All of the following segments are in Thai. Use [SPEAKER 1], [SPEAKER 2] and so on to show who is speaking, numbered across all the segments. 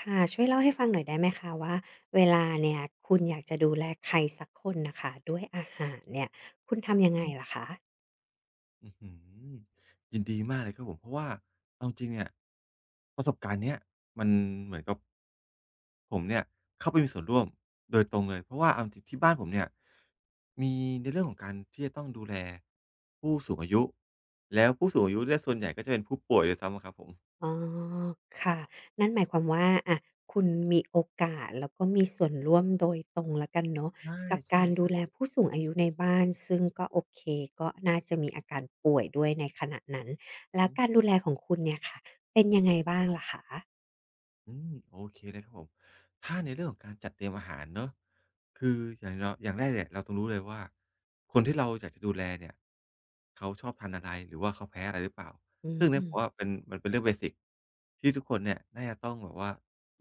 [SPEAKER 1] ค่ะช่วยเล่าให้ฟังหน่อยได้ไหมคะว่าเวลาเนี่ยคุณอยากจะดูแลใครสักคนน่ะค่ะด้วยอาหารเนี่ยคุณทำยังไงล่ะคะ
[SPEAKER 2] อื้อฮือยินดีมากเลยครับผมเพราะว่าเอาจริงๆเนี่ยประสบการณ์เนี้ยมันเหมือนกับผมเนี่ยเข้าไปมีส่วนร่วมโดยตรงเลยเพราะว่าเอาจริงๆที่บ้านผมเนี่ยมีในเรื่องของการที่จะต้องดูแลผู้สูงอายุแล้วผู้สูงอายุเนี่ยส่วนใหญ่ก็จะเป็นผู้ป่วยด้วยซ้ำอะครับผม
[SPEAKER 1] อ๋อค่ะนั่นหมายความว่าอะคุณมีโอกาสแล้วก็มีส่วนร่วมโดยตรงแล้วกันเนาะ
[SPEAKER 2] ใ
[SPEAKER 1] กับการดู
[SPEAKER 2] ช่ๆ
[SPEAKER 1] แล
[SPEAKER 2] ๆ
[SPEAKER 1] ผู้สูงอายุในบ้านซึ่งก็โอเคก็น่าจะมีอาการป่วยด้วยในขณะนั้น
[SPEAKER 2] อือ
[SPEAKER 1] แล้ว
[SPEAKER 2] ฮึ
[SPEAKER 1] การดูแลของคุณเนี่ยค่ะเป็นยังไงบ้างล่ะคะ
[SPEAKER 2] อืมโอเคเลยครับผมถ้าในเรื่องของการจัดเตรียมอาหารเนาะคืออย่างเราอย่างแรกเนี่ยเราต้องรู้เลยว่าคนที่เราอยากจะดูแลเนี่ยเขาชอบทานอะไรหรือว่าเขาแพ้อะไรหรือเปล่า
[SPEAKER 1] อื
[SPEAKER 2] ซึ่งเนี่ย
[SPEAKER 1] ม
[SPEAKER 2] ผมว่าเป็นมันเป็นเรื่องเบสิกที่ทุกคนเนี่ยน่าจะต้องแบบว่า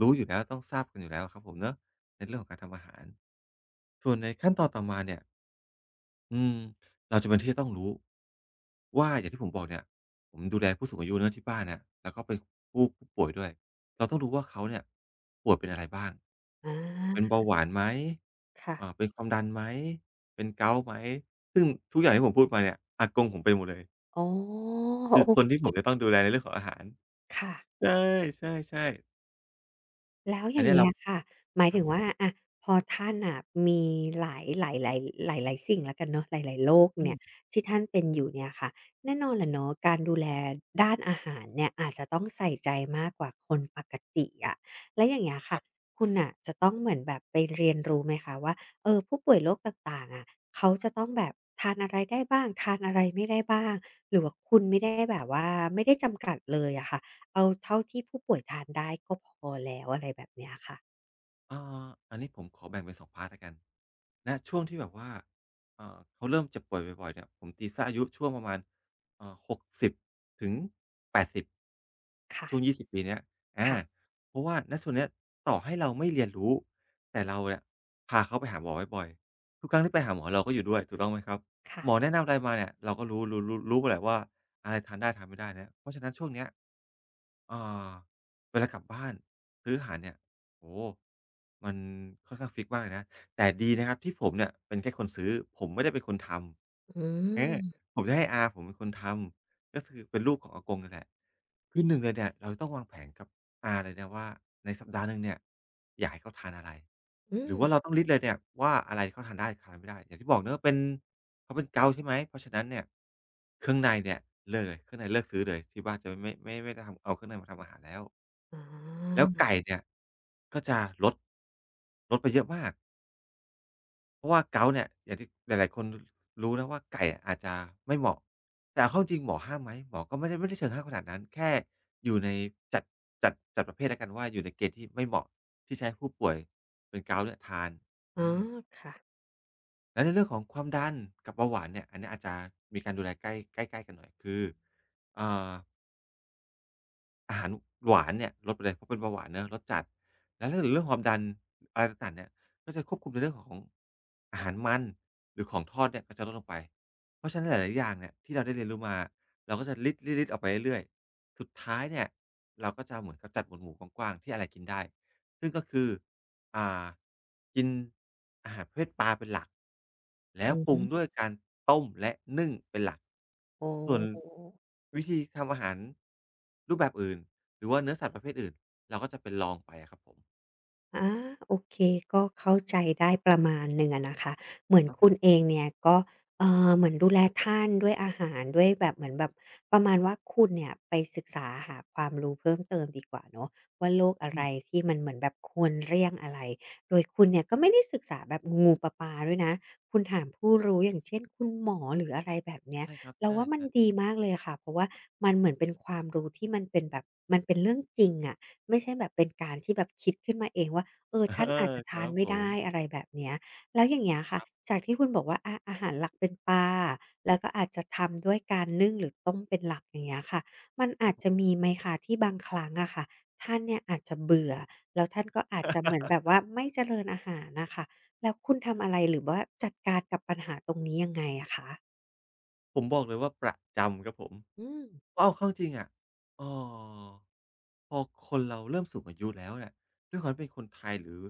[SPEAKER 2] รู้อยู่แล้วต้องทราบกันอยู่แล้วอะครับผมเนาะในเรื่องของการทำอาหารส่วนในขั้นตอนต่อมาเนี่ยอืมเราจำเป็นที่จะต้องรู้ว่าอย่างที่ผมบอกเนี่ยผมดูแลผู้สูงอายุเนาะที่บ้านน่ะแล้วก็เป็นผู้ป่วยด้วย เราต้องรู้ว่าเขาเนี่ยป่วยเป็นอะไรบ้าง
[SPEAKER 1] อ
[SPEAKER 2] เป็น
[SPEAKER 1] า
[SPEAKER 2] เบาหวานไหม
[SPEAKER 1] ค่ะ
[SPEAKER 2] เป็นความดันไหมเป็นเกาต์ไหม ซึ่งทุกอย่างที่ผมพูดมาเนี่ยอากงผมเป็นหมดเลย
[SPEAKER 1] อ๋อ
[SPEAKER 2] คือ
[SPEAKER 1] โอ้
[SPEAKER 2] คนที่ผมจะต้องดูแลในเรื่องของอาหาร
[SPEAKER 1] ค่ะ
[SPEAKER 2] ใช่ใช่ๆ
[SPEAKER 1] แล้วอ
[SPEAKER 2] อัน
[SPEAKER 1] ย่าง
[SPEAKER 2] เนี้ย
[SPEAKER 1] เงี้
[SPEAKER 2] เรา
[SPEAKER 1] ยค่ะหมาย
[SPEAKER 2] ครับ
[SPEAKER 1] ถึง
[SPEAKER 2] ผม
[SPEAKER 1] ว่าอะพอท่านน่ะมีหลายหลายหลายหลายๆสิ่งแล้วกันเนาะหลายๆโรค
[SPEAKER 2] อื
[SPEAKER 1] เนี่
[SPEAKER 2] ม
[SPEAKER 1] ยที่ท่านเป็นอยู่เนี่ยค่ะแน่นอนแหละเนาะการดูแลด้านอาหารเนี่ยอาจจะต้องใส่ใจมากกว่าคนปกติอะแล้วอย่างเงี้ย
[SPEAKER 2] ค
[SPEAKER 1] ค่ะ
[SPEAKER 2] รับ
[SPEAKER 1] คุณน่ะจะต้องเหมือนแบบไปเรียนรู้ไหมคะว่าเออผู้ป่วยโรคต่างๆอะเขาจะต้องแบบทานอะไรได้บ้างทานอะไรไม่ได้บ้างหรือว่าคุณไม่ได้แบบว่าไม่ได้จำกัดเลยอะค่ะ เอาเท่าที่ผู้ป่วยทานได้ก็พอแล้วอะไรแบบเนี้ยค่ะ
[SPEAKER 2] เอ่ออันนี้ผมขอแบ่งเป็น2พาร์ตแล้วกันนะช่วงที่แบบว่าเขาเริ่มเจ็บป่วยบ่อยๆเนี่ยผมตีเสีอายุช่วงประมาณ60ถึง80
[SPEAKER 1] ค่ะ
[SPEAKER 2] ช่วง20ปีเนี้ยอ่า
[SPEAKER 1] ค่ะ
[SPEAKER 2] เพราะว่าณส่วนเนี้ยต่อให้เราไม่เรียนรู้แต่เราเนี่ยพาเขาไปหาหมอบ่อยๆทุกครั้งที่ไปหาหมอเราก็อยู่ด้วยถูกต้องไหมครับ
[SPEAKER 1] ค่ะ
[SPEAKER 2] หมอแนะนำอะไรมาเนี่ยเราก็รู้หมดแหละว่าอะไรทานได้ทานไม่ได้นลเพราะฉะนั้นช่วงเนี้ยอ่าเวลากลับบ้านซื้ออาหารเนี่ย โอ้โฮมันค่อนข้างฟิกซ์มากเลยนะแต่ดีนะครับที่ผมเนี่ยเป็นแค่คนซื้อผมไม่ได้เป็นคนท
[SPEAKER 1] อื
[SPEAKER 2] ำ
[SPEAKER 1] ม
[SPEAKER 2] ผมจะให้อาผมเป็นคนทำก็คือเป็นลูกของอากงเนี่ยแหละคือหนึ่งเลยเนี่ยเราจะต้องวางแผนกับอาเลยนะว่าในสัปดาห์หนึ่งเนี่ยอยากให้เขาทานอะไร
[SPEAKER 1] อื
[SPEAKER 2] หรื
[SPEAKER 1] ม
[SPEAKER 2] อว่าเราต้องลิสต์เลยเนี่ยว่าอะไรเขาทานได้ทานไม่ได้อย่างที่บอกเนาะเป็นเขาเป็นเกาต์ใช่ไหมเพราะฉะนั้นเนี่ยเครื่องในเนี่ยเลิกเลยเครื่องในเลิกซื้อเลยที่บ้านจะไม่ได้ทำเอาเครื่องในมาทำอาหารแล้ว
[SPEAKER 1] อ๋
[SPEAKER 2] แล้
[SPEAKER 1] อ
[SPEAKER 2] วไก่เนี่ยก็จะลดลดไปเยอะมากเพราะว่า gout เนี่ยอย่างที่หลายๆคนรู้นะว่าไก่อาจจะไม่เหมาะแต่เอาเข้าจริงๆหมอห้ามไหมหมอก็ไม่ได้เชิงห้ามขนาดนั้นแค่อยู่ในจัดจัดประเภทแล้วกันว่าอยู่ในเกณฑ์ที่ไม่เหมาะที่จะให้ผู้ป่วยเป็น gout เนี่ยทาน
[SPEAKER 1] อ๋อ
[SPEAKER 2] อืม
[SPEAKER 1] ค่ะ
[SPEAKER 2] แล้วในเรื่องของความดันกับเบาหวานเนี่ยอันเนี้ยอาจจะมีการดูแลใกล้ใกล้ๆกันหน่อยคืออ่า อาหารหวานเนี่ยลดไปเลยเพราะเป็นเบาหวานเนาะลดจัดแล้วถ้าเกิดเรื่องความดันอะไรต่างๆเนี่ยก็จะควบคุมในเรื่องของอาหารมันหรือของทอดเนี่ยก็จะลดลงไปเพราะฉะนั้นหลายๆอย่างเนี่ยที่เราได้เรียนรู้มาเราก็จะลิดๆออกไปเรื่อยๆสุดท้ายเนี่ยเราก็จะเหมือนกับจัดหมวดหมู่กว้างๆที่อะไรกินได้ซึ่งก็คือ อ่ากินอาหารประเภทปลาเป็นหลักแล้
[SPEAKER 1] อื
[SPEAKER 2] ว
[SPEAKER 1] อ
[SPEAKER 2] ปรุง
[SPEAKER 1] ฮึ
[SPEAKER 2] ด้วยการต้มและนึ่งเป็นหลัก
[SPEAKER 1] โอ
[SPEAKER 2] ส่วน
[SPEAKER 1] ้
[SPEAKER 2] วิธีทำอาหารรูปแบบอื่นหรือว่าเนื้อสัตว์ประเภทอื่นเราก็จะเป็นรองไปอะครับผม
[SPEAKER 1] อาโอเคก็เข้าใจได้ประมาณหนึ่งอะนะคะเหมือน
[SPEAKER 2] ครับผ
[SPEAKER 1] คุณเอ
[SPEAKER 2] ม
[SPEAKER 1] งเนี่ยก็เหมือนดูแลท่านด้วยอาหารด้วยแบบเหมือนแบบประมาณว่าคุณเนี่ยไปศึกษาหาความรู้เพิ่มเติมดีกว่าเนาะว่าโรคอะ
[SPEAKER 2] อื
[SPEAKER 1] ไร
[SPEAKER 2] ม
[SPEAKER 1] ที่มันเหมือนแบบควรเลี่ยงอะไรโดยคุณเนี่ยก็ไม่ได้ศึกษาแบบงูๆปลาๆด้วยนะคุณถามผู้รู้อย่างเช่นคุณหมอหรืออะไรแบบเนี้ย
[SPEAKER 2] ใช่ครับ
[SPEAKER 1] เรา
[SPEAKER 2] ใช
[SPEAKER 1] ว่ามัน
[SPEAKER 2] ่
[SPEAKER 1] ดี
[SPEAKER 2] ๆ
[SPEAKER 1] มากเลยค่ะเพราะว่ามันเหมือนเป็นความรู้ที่มันเป็นแบบมันเป็นเรื่องจริงอะ ไม่ใช่แบบเป็นการที่แบบคิดขึ้นมาเองว่าเออ
[SPEAKER 2] เออ
[SPEAKER 1] ท่านอาจจะ
[SPEAKER 2] ค
[SPEAKER 1] ทา
[SPEAKER 2] รั
[SPEAKER 1] น
[SPEAKER 2] บ
[SPEAKER 1] ไม่
[SPEAKER 2] ผ
[SPEAKER 1] ได้
[SPEAKER 2] ม
[SPEAKER 1] อะไรแบบเนี้ยแล้วอย่างเงี้ยค่ะ
[SPEAKER 2] ครับ
[SPEAKER 1] จากที่คุณบอกว่าอาอาหารหลักเป็นปลาแล้วก็อาจจะทำด้วยการนึ่งหรือต้มเป็นหลักอย่างเงี้ยค่ะมัน
[SPEAKER 2] ค
[SPEAKER 1] อา
[SPEAKER 2] รับ
[SPEAKER 1] จ
[SPEAKER 2] ผ
[SPEAKER 1] จะ
[SPEAKER 2] ม
[SPEAKER 1] มีไหมคะที่บางครั้งอะค่ะท่านเนี่ยอาจจะเบื่อแล้วท่านก็อาจจะเหมือนแบบว่าไม่เจริญอาหารน่ะค่ะแล้วคุณทำอะไรหรือว่าจัดการกับปัญหาตรงนี้ยังไงอะคะ
[SPEAKER 2] ผมบอกเลยว่าประจำครับผม
[SPEAKER 1] อืม
[SPEAKER 2] เอาเข้าจริงอะเอ่อพอคนเราเริ่มสูงอายุแล้วเนี่ยด้วยความที่เป็นคนไทยหรือ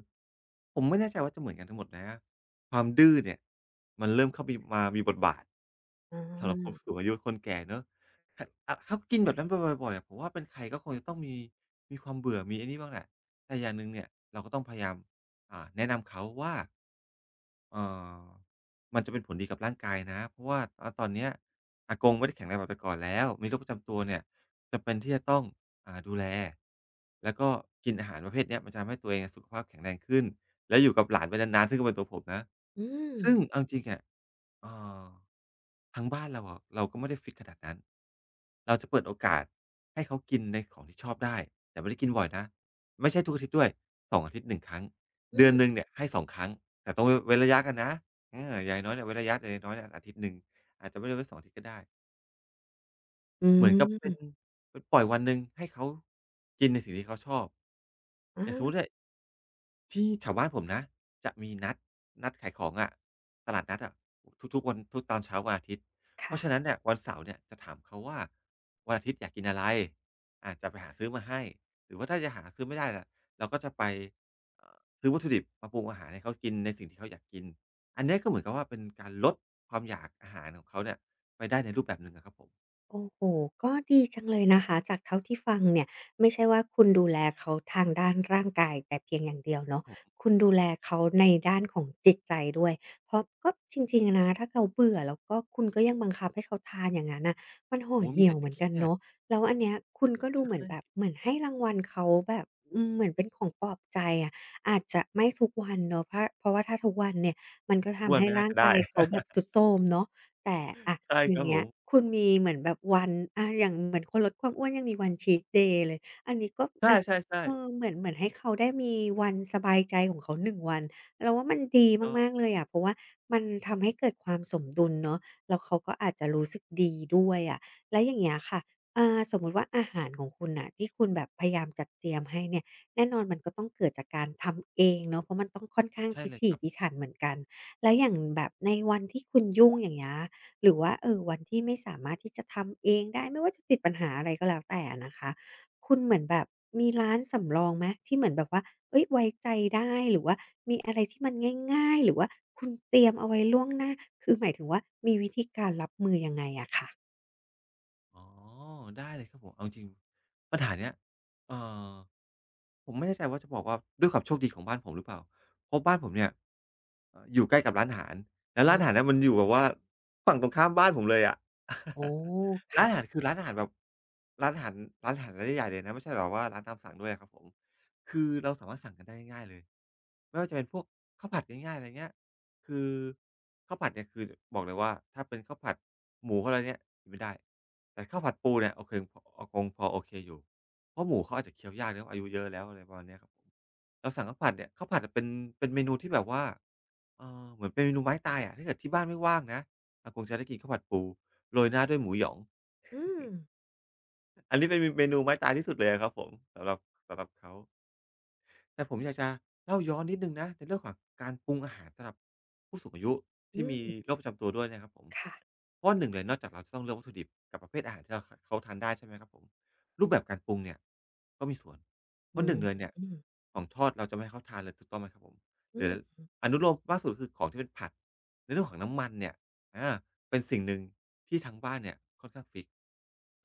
[SPEAKER 2] ผมไม่แน่ใจว่าจะเหมือนกันทั้งหมดนะความดื้อเนี่ยมันเริ่มเข้ามีมามีบทบาท
[SPEAKER 1] อ
[SPEAKER 2] สำหรับคน
[SPEAKER 1] า
[SPEAKER 2] สูงอายุคนแก่เนาะถ้าถ้ากินแบบนั้นบ่อยๆอะผมว่าเป็นใครก็คงจะต้องมีความเบื่อมีไอ้นี่บ้างแหละแต่อย่างหนึ่งเนี่ยเราก็ต้องพยายามแนะนำเขาว่า เอ่อมันจะเป็นผลดีกับร่างกายนะ เพราะว่าอาตอนเนี้ยอากงไม่ได้แข็งแรงแบบแต่ก่อนแล้ว มีโรคประจำตัวเนี่ยจำเป็นที่จะต้องอ่าดูแลแล้วก็กินอาหารประเภทเนี้ยมันจะทำให้ตัวเองอะสุขภาพแข็งแรงขึ้น แล้วอยู่กับหลานไปนานๆ ซึ่งก็เป็นตัวผมนะ
[SPEAKER 1] อืม
[SPEAKER 2] ซึ่งเอาจริงๆอะ เอ่อทางบ้านเราอะเราก็ไม่ได้ฟิกซ์ขนาดนั้น เราจะเปิดโอกาสให้เขากินในของที่ชอบได้ แต่ไม่ได้กินบ่อยนะ ไม่ใช่ทุกอาทิตย์ด้วย2 อาทิตย์1ครั้ง
[SPEAKER 1] อื
[SPEAKER 2] เดือน
[SPEAKER 1] ม
[SPEAKER 2] หนึ่งเนี่ยให้2ครั้งแต่ต้องเว้นระยะกันนะเอออย่างน้อยเนี่ยเว้นระยะอย่างน้อยๆเนี่ยอาทิตย์หนึ่งอาจจะไม่ได้เว้นสองอาทิตย์ก็ได้
[SPEAKER 1] อื
[SPEAKER 2] เหมือนกับเป็น
[SPEAKER 1] ม
[SPEAKER 2] เป็นปล่อยวันหนึ่งให้เขากินในสิ่งที่เขาชอบอย่างสมมุติเนี่
[SPEAKER 1] อา
[SPEAKER 2] ยที่แถวบ้านผมนะจะมีนัดขายของอะตลาดนัดอะทุกๆวันทุกตอนเช้าวันอาทิตย์เพ
[SPEAKER 1] ค่ะ
[SPEAKER 2] ราะฉะนั้นเนี่ยวันเสาร์เนี่ยจะถามเขาว่าวันอาทิตย์อยากกินอะไรอาจะไปหาซื้อมาให้หรือว่าถ้าจะหาซื้อไม่ได้ล่ะเราก็จะไปซื้อวัตถุดิบมาปรุงอาหารให้เขากินในสิ่งที่เขาอยากกินอันเนี้ยก็เหมือนกับว่าเป็นการลดความอยากอาหารของเขาเนี่ยไปได้ในรูปแบบหนึ่งอะครับผม
[SPEAKER 1] โอ้โหก็ดีจังเลยนะคะจากเท่าที่ฟังเนี่ยไม่ใช่ว่าคุณดูแลเขาทางด้านร่างกายแต่เพียงอย่างเดียว
[SPEAKER 2] ครับ
[SPEAKER 1] เนาะ
[SPEAKER 2] ผม
[SPEAKER 1] คุณดูแลเขาในด้านของจิตใจด้วยเพราะก็จริงๆนะถ้าเขาเบื่อแล้วก็คุณก็ยังบังคับให้เขาทานอย่างนั้นน่ะมันห่อ
[SPEAKER 2] โอ้โฮมี
[SPEAKER 1] เหี่ย
[SPEAKER 2] แต่
[SPEAKER 1] วเห
[SPEAKER 2] จะ
[SPEAKER 1] มือน
[SPEAKER 2] เค
[SPEAKER 1] กัน
[SPEAKER 2] รียด
[SPEAKER 1] เนาะแล้วอันเนี้ยคุณก็ดู
[SPEAKER 2] ใช
[SPEAKER 1] เหมือนแบบ
[SPEAKER 2] ่
[SPEAKER 1] เหมือนให้รางวัลเขาแบบอืมเหมือนเป็นของปลอบใจอะอาจจะไม่ทุกวันเนาะเพราะว่าถ้าทุกวันเนี่ยมันก็
[SPEAKER 2] อ้ว
[SPEAKER 1] ทำ
[SPEAKER 2] น
[SPEAKER 1] ให้
[SPEAKER 2] ไม่น่า
[SPEAKER 1] ร่าง
[SPEAKER 2] จะได้
[SPEAKER 1] กายเขาแบ บทรุดโทรมเนาะ แต่อะ
[SPEAKER 2] ใช่
[SPEAKER 1] อ
[SPEAKER 2] ค
[SPEAKER 1] ย่า
[SPEAKER 2] รั
[SPEAKER 1] ง
[SPEAKER 2] บผ
[SPEAKER 1] เงี้ย
[SPEAKER 2] ม
[SPEAKER 1] คุณมีเหมือนแบบวันอะอย่างเหมือนคนลดความอ้วนยังมีวัน Cheat Day เลยอันนี้ก็
[SPEAKER 2] ใช
[SPEAKER 1] อะ
[SPEAKER 2] ่
[SPEAKER 1] เอ
[SPEAKER 2] ๆๆ
[SPEAKER 1] อเหมือนให้เขาได้มีวันสบายใจของเขาหนึ่งวันเราว่ามันดี
[SPEAKER 2] เออ
[SPEAKER 1] มากๆเลยอะเพราะว่ามันทำให้เกิดความสมดุลเนาะแล้วเขาก็อาจจะรู้สึกดีด้วยอะแล้วอย่างเงี้ยค่ะอ่าสมมุติว่าอาหารของคุณน่ะที่คุณแบบพยายามจัดเตรียมให้เนี่ยแน่นอนมันก็ต้องเกิดจากการทำเองเนาะเพราะมันต้องค่อนข้าง
[SPEAKER 2] ใช่
[SPEAKER 1] พิ
[SPEAKER 2] เลย
[SPEAKER 1] ถี
[SPEAKER 2] ครับ
[SPEAKER 1] พิถันเหมือนกันแล้วอย่างแบบในวันที่คุณยุ่งอย่างเงี้ย หรือว่าเออวันที่ไม่สามารถที่จะทำเองได้ไม่ว่าจะติดปัญหาอะไรก็แล้วแต่อะนะคะคุณเหมือนแบบมีร้านสำรองไหมที่เหมือนแบบว่าเฮ้ยไว้ใจได้หรือว่ามีอะไรที่มันง่ายๆหรือว่าคุณเตรียมเอาไว้ล่วงหน้าคือหมายถึงว่ามีวิธีการรับมือยังไงอะค่ะ
[SPEAKER 2] อ๋อได้เลยครับผมเอาจริงๆปัญหาเนี้ยเอ่อ ผมไม่แน่ใจว่าจะบอกว่าด้วยความโชคดีของบ้านผมหรือเปล่าเพราะบ้านผมเนี่ยอยู่ใกล้กับร้านอาหารแล้ว
[SPEAKER 1] อื
[SPEAKER 2] ร้านอาหาร
[SPEAKER 1] ม
[SPEAKER 2] เนี่ยมันอยู่แบบว่าฝั่งตรงข้ามบ้านผมเลยอะ
[SPEAKER 1] โอ้
[SPEAKER 2] ร้าน
[SPEAKER 1] ค่ะ
[SPEAKER 2] อาหารคือร้านอาหารแบบร้านอาหารร้านอาหารร้านใหญ่ๆเลยนะไม่ใช่แบบว่าร้านตามสั่งด้วยอะครับผมคือเราสามารถสั่งกันได้ง่ายๆเลยไม่ว่าจะเป็นพวกข้าวผัดง่ายๆอะไรเงี้ยคือข้าวผัดเนี่ยคือบอกเลยว่าถ้าเป็นข้าวผัดหมูอะไรเนี่ยกินไม่ได้แต่ข้าวผัดปูเนี่ยโอเคพอคงพอโอเคอยู่ เพราะหมูเขาอาจจะเคี้ยวยากเนาะอายุเยอะแล้วอะไรประมาณเนี้ยครับผมเราสั่งข้าวผัดเนี่ยข้าวผัดอะเป็นเมนูที่แบบว่าเหมือนเป็นเมนูไม้ตายอะถ้าเกิดที่บ้านไม่ว่างนะอาคงจะได้กินข้าวผัดปูโรยหน้าด้วยหมูหยอง
[SPEAKER 1] อืม
[SPEAKER 2] อันนี้เป็นเมนูไม้ตายที่สุดเลยอะครับผมสำหรับเขา แต่ผมอยากจะเล่าย้อนนิดหนึ่งนะในเรื่องของการปรุงอาหารสำหรับผู้สูงอายุ
[SPEAKER 1] อื
[SPEAKER 2] ที่มี
[SPEAKER 1] ม
[SPEAKER 2] โรคประจำตัวด้วยนะครับผม
[SPEAKER 1] ค่ะ
[SPEAKER 2] เพราะว่าหนึ่งเลยนอกจากเราจะต้องเลือกวัตถุดิบกับประเภทอาหารที่เราขเขาทานได้ใช่ไหมครับผมรูปแบบการปรุงเนี่ยก็มีส่วนเพ
[SPEAKER 1] อื
[SPEAKER 2] ราะห
[SPEAKER 1] ม
[SPEAKER 2] นึ่งเลยเนี่ย
[SPEAKER 1] อืม
[SPEAKER 2] ของทอดเราจะไม่ให้เขาทานเลยถูกต้องไหมครับผมห
[SPEAKER 1] อื
[SPEAKER 2] รือ
[SPEAKER 1] ม
[SPEAKER 2] อนุโลมมากสุดคือของที่เป็นผัดในเรื่องของน้ำมันเนี่ยอาเป็นสิ่งหนึ่งที่ทางบ้านเนี่ยค่อนข้างฟิกซ์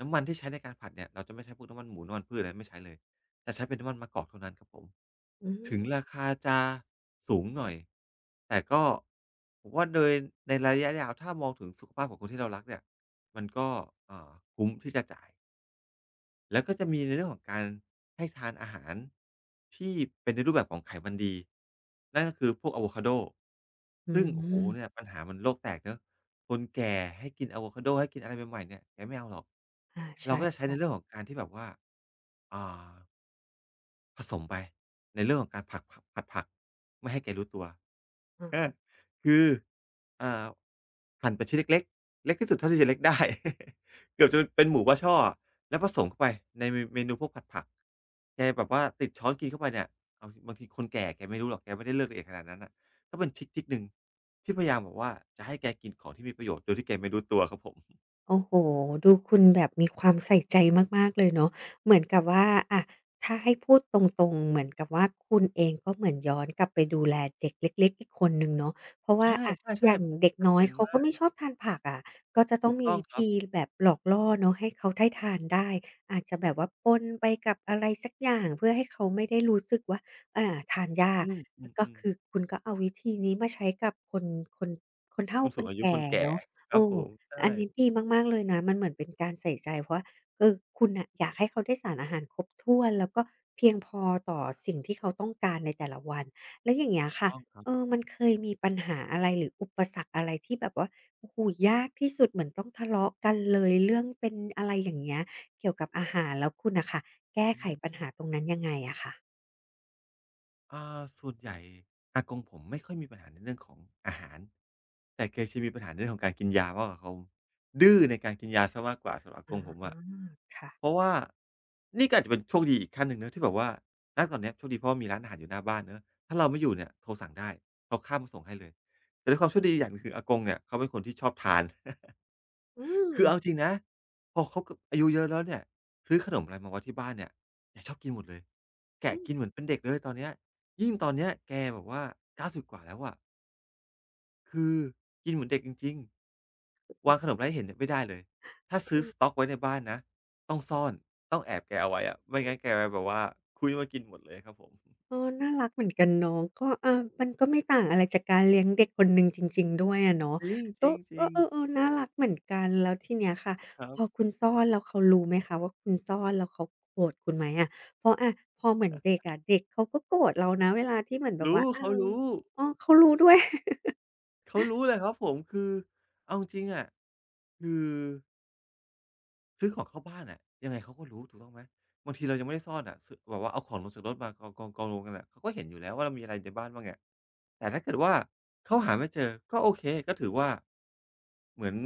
[SPEAKER 2] น้ำมันที่ใช้ในการผัดเนี่ยเราจะไม่ใช้พวกน้ำมันหมูน้ำมันพืชอะไรไม่ใช้เลยจะใช้เป็นน้ำมันมะกอกเท่านั้นครับผม
[SPEAKER 1] อื
[SPEAKER 2] ถึงรา
[SPEAKER 1] ม
[SPEAKER 2] คาจะสูงหน่อยแต่ก็ผมว่าโดยในระยะยาวถ้ามองถึงสุขภาพของคนที่เรารักเนี่ยมันก็อ่าคุ้มที่จะจ่ายแล้วก็จะมีในเรื่องของการให้ทานอาหารที่เป็นในรูปแบบของไขมันดีนั่นก็คือพวกอะโวคาโด
[SPEAKER 1] อื
[SPEAKER 2] ซึ่งโอ้โฮเนี่ย
[SPEAKER 1] ม
[SPEAKER 2] ปัญหามันโลกแตกเนาะคนแก่ให้กินอะโวคาโดให้กินอะไรใหม่ๆเนี่ยแกไม่เอาหรอก
[SPEAKER 1] อา
[SPEAKER 2] เรา
[SPEAKER 1] ใช่
[SPEAKER 2] ก็จะใช้ในเรื่องของการที่แบบว่าอ่า ผสมไปในเรื่องของการผัดผักไม่ให้แกรู้ตัว
[SPEAKER 1] ๆอา
[SPEAKER 2] อาคืออ่าหั่นเป็นชิ้นเล็กๆเล็กที่สุดเท่าที่จะเล็กได้ เกือบจะเป็นหมูบ้าช่อแล้วผสมเข้าไปในเมนูพวกผัดผักแกแบบว่าติดช้อนกินเข้าไปเนี่ยเอาบางทีคนแก่แกไม่รู้หรอกแกไม่ได้เลือกละเอีขนาดนั้นน่ะก็เป็นทริกหนึ่งที่พยายามแบบว่าจะให้แกกินของที่มีประโยชน์โดยที่แกไม่รู้ตัวครับผม
[SPEAKER 1] โอ้โห ดูคุณแบบมีความใส่ใจมากๆเลยเนาะเหมือนกับว่าอะถ้าให้พูดตรงๆเหมือนกับว่าคุณเองก็เหมือนย้อนกลับไปดูแลเด็กเล็กๆอีกคนหนึ่งเนาะเพราะว่า
[SPEAKER 2] ใช่
[SPEAKER 1] อะอย่าง
[SPEAKER 2] ๆ
[SPEAKER 1] เด็ก
[SPEAKER 2] ๆชัด
[SPEAKER 1] น้อ
[SPEAKER 2] เจ
[SPEAKER 1] ย
[SPEAKER 2] น
[SPEAKER 1] เขาก็
[SPEAKER 2] มาก
[SPEAKER 1] ไม่ชอบทานผักอะก็จะต้อ
[SPEAKER 2] ถู
[SPEAKER 1] ง
[SPEAKER 2] ก
[SPEAKER 1] มี
[SPEAKER 2] ต้อง
[SPEAKER 1] วิ
[SPEAKER 2] ครับ
[SPEAKER 1] ธีแบบหลอกล่อเนาะให้เขาได้ทานได้อาจจะแบบว่าปนไปกับอะไรสักอย่างเพื่อให้เขาไม่ได้รู้สึกว่าอาทานยาก
[SPEAKER 2] อื
[SPEAKER 1] ก็
[SPEAKER 2] มๆ
[SPEAKER 1] คือ
[SPEAKER 2] ๆ
[SPEAKER 1] คุณก็เอาวิธีนี้มาใช้กับคนคนเฒ่า
[SPEAKER 2] คน
[SPEAKER 1] ค
[SPEAKER 2] สู
[SPEAKER 1] น
[SPEAKER 2] งอายุค
[SPEAKER 1] แก่
[SPEAKER 2] นแก่
[SPEAKER 1] เนาะ
[SPEAKER 2] ค
[SPEAKER 1] เอ
[SPEAKER 2] รับผ
[SPEAKER 1] อ
[SPEAKER 2] มใ
[SPEAKER 1] อันนี้
[SPEAKER 2] ช่
[SPEAKER 1] ดีมากๆเลยนะมันเหมือนเป็นการใส่ใจเพราะว่าเออคุณน่ะอยากให้เขาได้สารอาหารครบถ้วนแล้วก็เพียงพอต่อสิ่งที่เขาต้องการในแต่ละวันแล้วอย่างเงี้ยค่ะ
[SPEAKER 2] ต้องครับ
[SPEAKER 1] เออมันเคยมีปัญหาอะไรหรืออุปสรรคอะไรที่แบบว่าโอ้โฮยากที่สุดเหมือนต้องทะเลาะกันเลยเรื่องเป็นอะไรอย่างเงี้ยเกี่ยวกับอาหารแล้วคุณน่ะค่ะแก้ไข
[SPEAKER 2] อื
[SPEAKER 1] ปัญ
[SPEAKER 2] ม
[SPEAKER 1] หาตรงนั้นยังไงอะค่ะ
[SPEAKER 2] ส่วนใหญ่อากงผมไม่ค่อยมีปัญหาในเรื่องของอาหารแต่แกจะมีปัญหาในเรื่องของการกินยามากกว่าผมดื้อในการกินยาเสียมากกว่าสำหรับอากงผม
[SPEAKER 1] อา
[SPEAKER 2] อะ
[SPEAKER 1] ค่ะ
[SPEAKER 2] เพราะว่านี่ก็อาจจะเป็นโชคดีอีกขั้นหนึ่งเนาะที่แบบว่าณตอนเนี้ยโชคดีเพราะว่ามีร้านอาหารอยู่หน้าบ้านเนาะถ้าเราไม่อยู่เนี่ยโทรสั่งได้เขาข้ามมาส่งให้เลยแต่ด้วยความโชคดีอย่างหนึ่งคืออากงเนี่ยเขาเป็นคนที่ชอบทาน
[SPEAKER 1] อืม
[SPEAKER 2] คือเอาจริงนะพอเขาก็อายุเยอะแล้วเนี่ยซื้อขนมอะไรมาไว้ที่บ้านเนี่ยแกชอบกินหมดเลยแกะ
[SPEAKER 1] อื
[SPEAKER 2] กินเหมือนเป็นเด็กเลยตอนเนี้ยยิ่งตอนเนี้ยแกแบบว่า90กว่าแล้วอะคือกินเหมือนเด็กจริงๆวางขนมอะไรให้เห็นเนี่ยไม่ได้เลยถ้า
[SPEAKER 1] อ
[SPEAKER 2] ซื้อส
[SPEAKER 1] ๆ
[SPEAKER 2] ต๊อกไว้ในบ้านนะต้องซ่อนต้องแอบแกเอาไว้อะไม่งั้นแกแบบว่าคุ้ยมากินหมดเลยครับผม
[SPEAKER 1] อ๋อน่ารักเหมือนกันเนาะก็อามันก็ไม่ต่างอะไรจากการเลี้ยงเด็กคนหนึ่งจริงๆด้วยอะเนาะ
[SPEAKER 2] จริงจ
[SPEAKER 1] ก็
[SPEAKER 2] ริงจริ
[SPEAKER 1] ก็
[SPEAKER 2] ง
[SPEAKER 1] เออๆน่ารักเหมือนกัน แล้วทีเนี้ยค่ะ
[SPEAKER 2] ครั
[SPEAKER 1] พอ
[SPEAKER 2] บ
[SPEAKER 1] คุณซ่อนแล้วเขารู้ไหมคะว่าคุณซ่อนแล้วเขาโกรธคุณไหมอะเพราะอะพอเหมือนเด็กอะเด็กเขาก็โกรธเรานะเวลาที่เหมือนแบบว่า
[SPEAKER 2] รู้
[SPEAKER 1] เอ
[SPEAKER 2] เขา
[SPEAKER 1] อ
[SPEAKER 2] รู้
[SPEAKER 1] อ้อเขารู้ด้วย
[SPEAKER 2] เขารู้เลยครับผมคือเอาจริงๆอะคือ ซื้อของเข้าบ้านน่ะยังไงเขาก็รู้ถูกต้องไหมบางทีเรายังไม่ได้ซ่อนอะซแบบว่าเอาของลงจากรถมากองรวมกันน่ะเขาก็เห็นอยู่แล้วว่าเรามีอะไรในบ้านบ้างอะแต่ถ้าเกิดว่าเขาหาไม่เจอก็โอเคก็ถือว่าเหมือน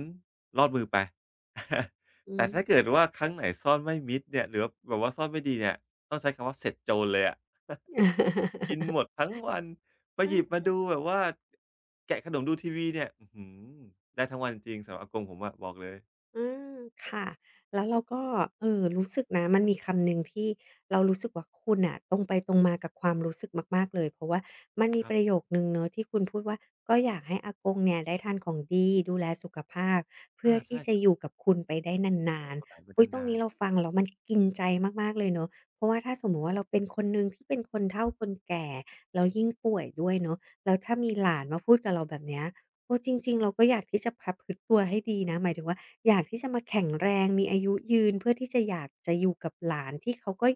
[SPEAKER 2] รอดมือไป
[SPEAKER 1] อื
[SPEAKER 2] แต่
[SPEAKER 1] ม
[SPEAKER 2] ถ้าเกิดว่าครั้งไหนซ่อนไม่มิดเนี่ยหรือว่าแบบว่าซ่อนไม่ดีเนี่ยต้องใช้คำว่าเสร็จโจรเลยอะ กินหมดทั้งวันมาหยิบ มาดูแบบว่าแกะขนมดูทีวีเนี่ยอื้อฮือได้ทั้งวันจริงๆสำหรับอากงผมอะบอกเลย
[SPEAKER 1] อาค่ะแล้วเราก็รู้สึกนะมันมีคำหนึ่งที่เรารู้สึกว่าคุณน่ะตรงไปตรงมากับความรู้สึกมากๆเลยเพราะว่ามันมี
[SPEAKER 2] ครั
[SPEAKER 1] ป
[SPEAKER 2] บ
[SPEAKER 1] ระโยคหนึ่งเนาะที่คุณพูดว่าก็อยากให้อากงเนี่ยได้ทานของดีดูแลสุขภาพเพื่อ
[SPEAKER 2] อา
[SPEAKER 1] ที่
[SPEAKER 2] ใช่
[SPEAKER 1] จะ
[SPEAKER 2] ครั
[SPEAKER 1] อ
[SPEAKER 2] บ
[SPEAKER 1] ยู่กับคุณไปได้นา
[SPEAKER 2] มี
[SPEAKER 1] น
[SPEAKER 2] โอกาสไป
[SPEAKER 1] ๆอุ๊ยตรง
[SPEAKER 2] นา
[SPEAKER 1] นี้
[SPEAKER 2] นๆ
[SPEAKER 1] เราฟังแล้วมันกินใจมากๆเลยเนาะเพราะว่าถ้าสมมุติว่าเราเป็นคนหนึ่งที่เป็นคนเฒ่าคนแก่แล้วยิ่งป่วยด้วยเนาะแล้วถ้ามีหลานมาพูดกับเราแบบเนี้ยโอ้จริงๆเราก็อยากที่จะประพฤติตัวให้ดีนะหมายถึงว่า อยากที่จะมาแข็งแรงมีอายุยืนเพื่อที่จะอยากจะอยู่กับหลานที่เขาก็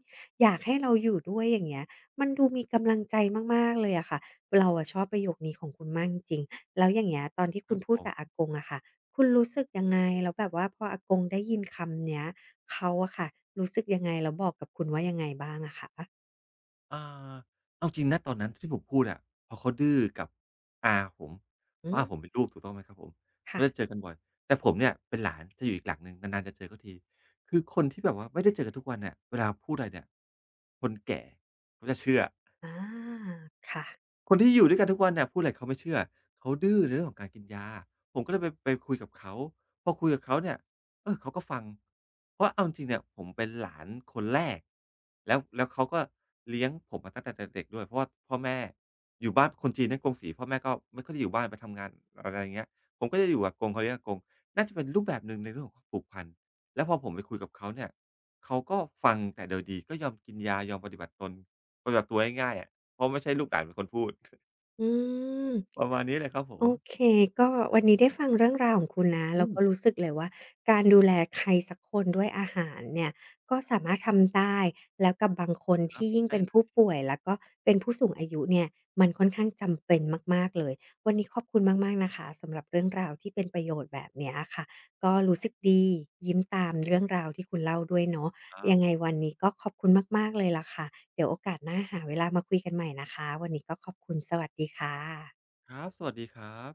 [SPEAKER 1] อยากให้เราอยู่ด้วยอย่างเงี้ยมันดูมีกำลังใจมากๆเลยอะค่ะเราอะชอบประโยคนี้ของคุณมากจริงๆแล้วอย่างเงี้ยตอนที่
[SPEAKER 2] ค
[SPEAKER 1] คุ
[SPEAKER 2] รั
[SPEAKER 1] ณ
[SPEAKER 2] บ
[SPEAKER 1] พูด
[SPEAKER 2] ผ
[SPEAKER 1] กับอา
[SPEAKER 2] ม
[SPEAKER 1] กงอะค่ะคุณรู้สึกยังไงแล้วแบบว่าพออากงได้ยินคำเนี้ยเขาอะค่ะรู้สึกยังไงแล้วบอกกับคุณว่ายังไงบ้างอะคะ
[SPEAKER 2] อาเอาจริงณตอนนั้นที่ผมพูดอะเพราะเขาดื้อกับอาผมเพ
[SPEAKER 1] อื
[SPEAKER 2] ราะ
[SPEAKER 1] ม
[SPEAKER 2] อาผมเป็นลูกถูกต้องไหมครับผมเขา
[SPEAKER 1] ค่ะ
[SPEAKER 2] จะเจอกันบ่อยแต่ผมเนี่ยเป็นหลานจะอยู่อีกหลังหนึ่งนานๆจะเจอเขาทีคือคนที่แบบว่าไม่ได้เจอกันทุกวันเนี่ยเวลาพูดอะไรเนี่ยคนแก่เขาจะเชื่อ
[SPEAKER 1] อาค่ะ
[SPEAKER 2] คนที่อยู่ด้วยกันทุกวันเนี่ยพูดอะไรเขาไม่เชื่อเขาดื้อในเรื่องของการกินยาผมก็เลยไปคุยกับเขาพอคุยกับเขาเนี่ยเออเขาก็ฟังเพราะเอาจริงๆเนี่ยผมเป็นหลานคนแรกแล้วเขาก็เลี้ยงผมมาตั้งแต่เด็กๆด้วยเพราะว่าพ่อแม่อยู่บ้านคนจีนนะกงสีพ่อแม่ก็ไม่ค่อยได้อยู่บ้านไปทำงานอะไรอย่างเงี้ยผมก็จะอยู่กับกงเขาเรียกอากงน่าจะเป็นรูปแบบหนึ่งในเรื่องของความผูกพันแล้วพอผมไปคุยกับเขาเนี่ยเขาก็ฟังแต่โดยดีก็ยอมกินยายอมปฏิบัติตนปฏิบัติตัวง่ายๆอะ เพราะไม่ใช่ลูกหลานเป็นคนพูด
[SPEAKER 1] อืม
[SPEAKER 2] ประมาณนี้เลยครับผ
[SPEAKER 1] โอ
[SPEAKER 2] ม
[SPEAKER 1] เคก็วันนี้ได้ฟังเรื่องราวของคุณนะ
[SPEAKER 2] อื
[SPEAKER 1] แล้ว
[SPEAKER 2] ม
[SPEAKER 1] ก็รู้สึกเลยว่าการดูแลใครสักคนด้วยอาหารเนี่ยก็สามารถทำได้แล้วกับบางคน
[SPEAKER 2] ครั
[SPEAKER 1] ที่
[SPEAKER 2] บ
[SPEAKER 1] ยิ่ง
[SPEAKER 2] ใช่
[SPEAKER 1] เป็น
[SPEAKER 2] เล
[SPEAKER 1] ผู้
[SPEAKER 2] ย
[SPEAKER 1] ป่วยแล้วก็เป็นผู้สูงอายุเนี่ยมันค่อนข้างจำเป็นมากๆเลยวันนี้ขอบคุณมากๆนะคะสำหรับเรื่องราวที่เป็นประโยชน์แบบเนี้ยอะค่ะก็รู้สึกดียิ้มตามเรื่องราวที่คุณเล่าด้วยเนาะ
[SPEAKER 2] ครั
[SPEAKER 1] ยังไง
[SPEAKER 2] บ
[SPEAKER 1] วันนี้ก็ขอบคุณมากๆเลยล่ะค่ะเดี๋ยวโอกาสหน้าหาเวลามาคุยกันใหม่นะคะวันนี้ก็ขอบคุณสวัสดีค่ะ
[SPEAKER 2] ครับสวัสดีครับ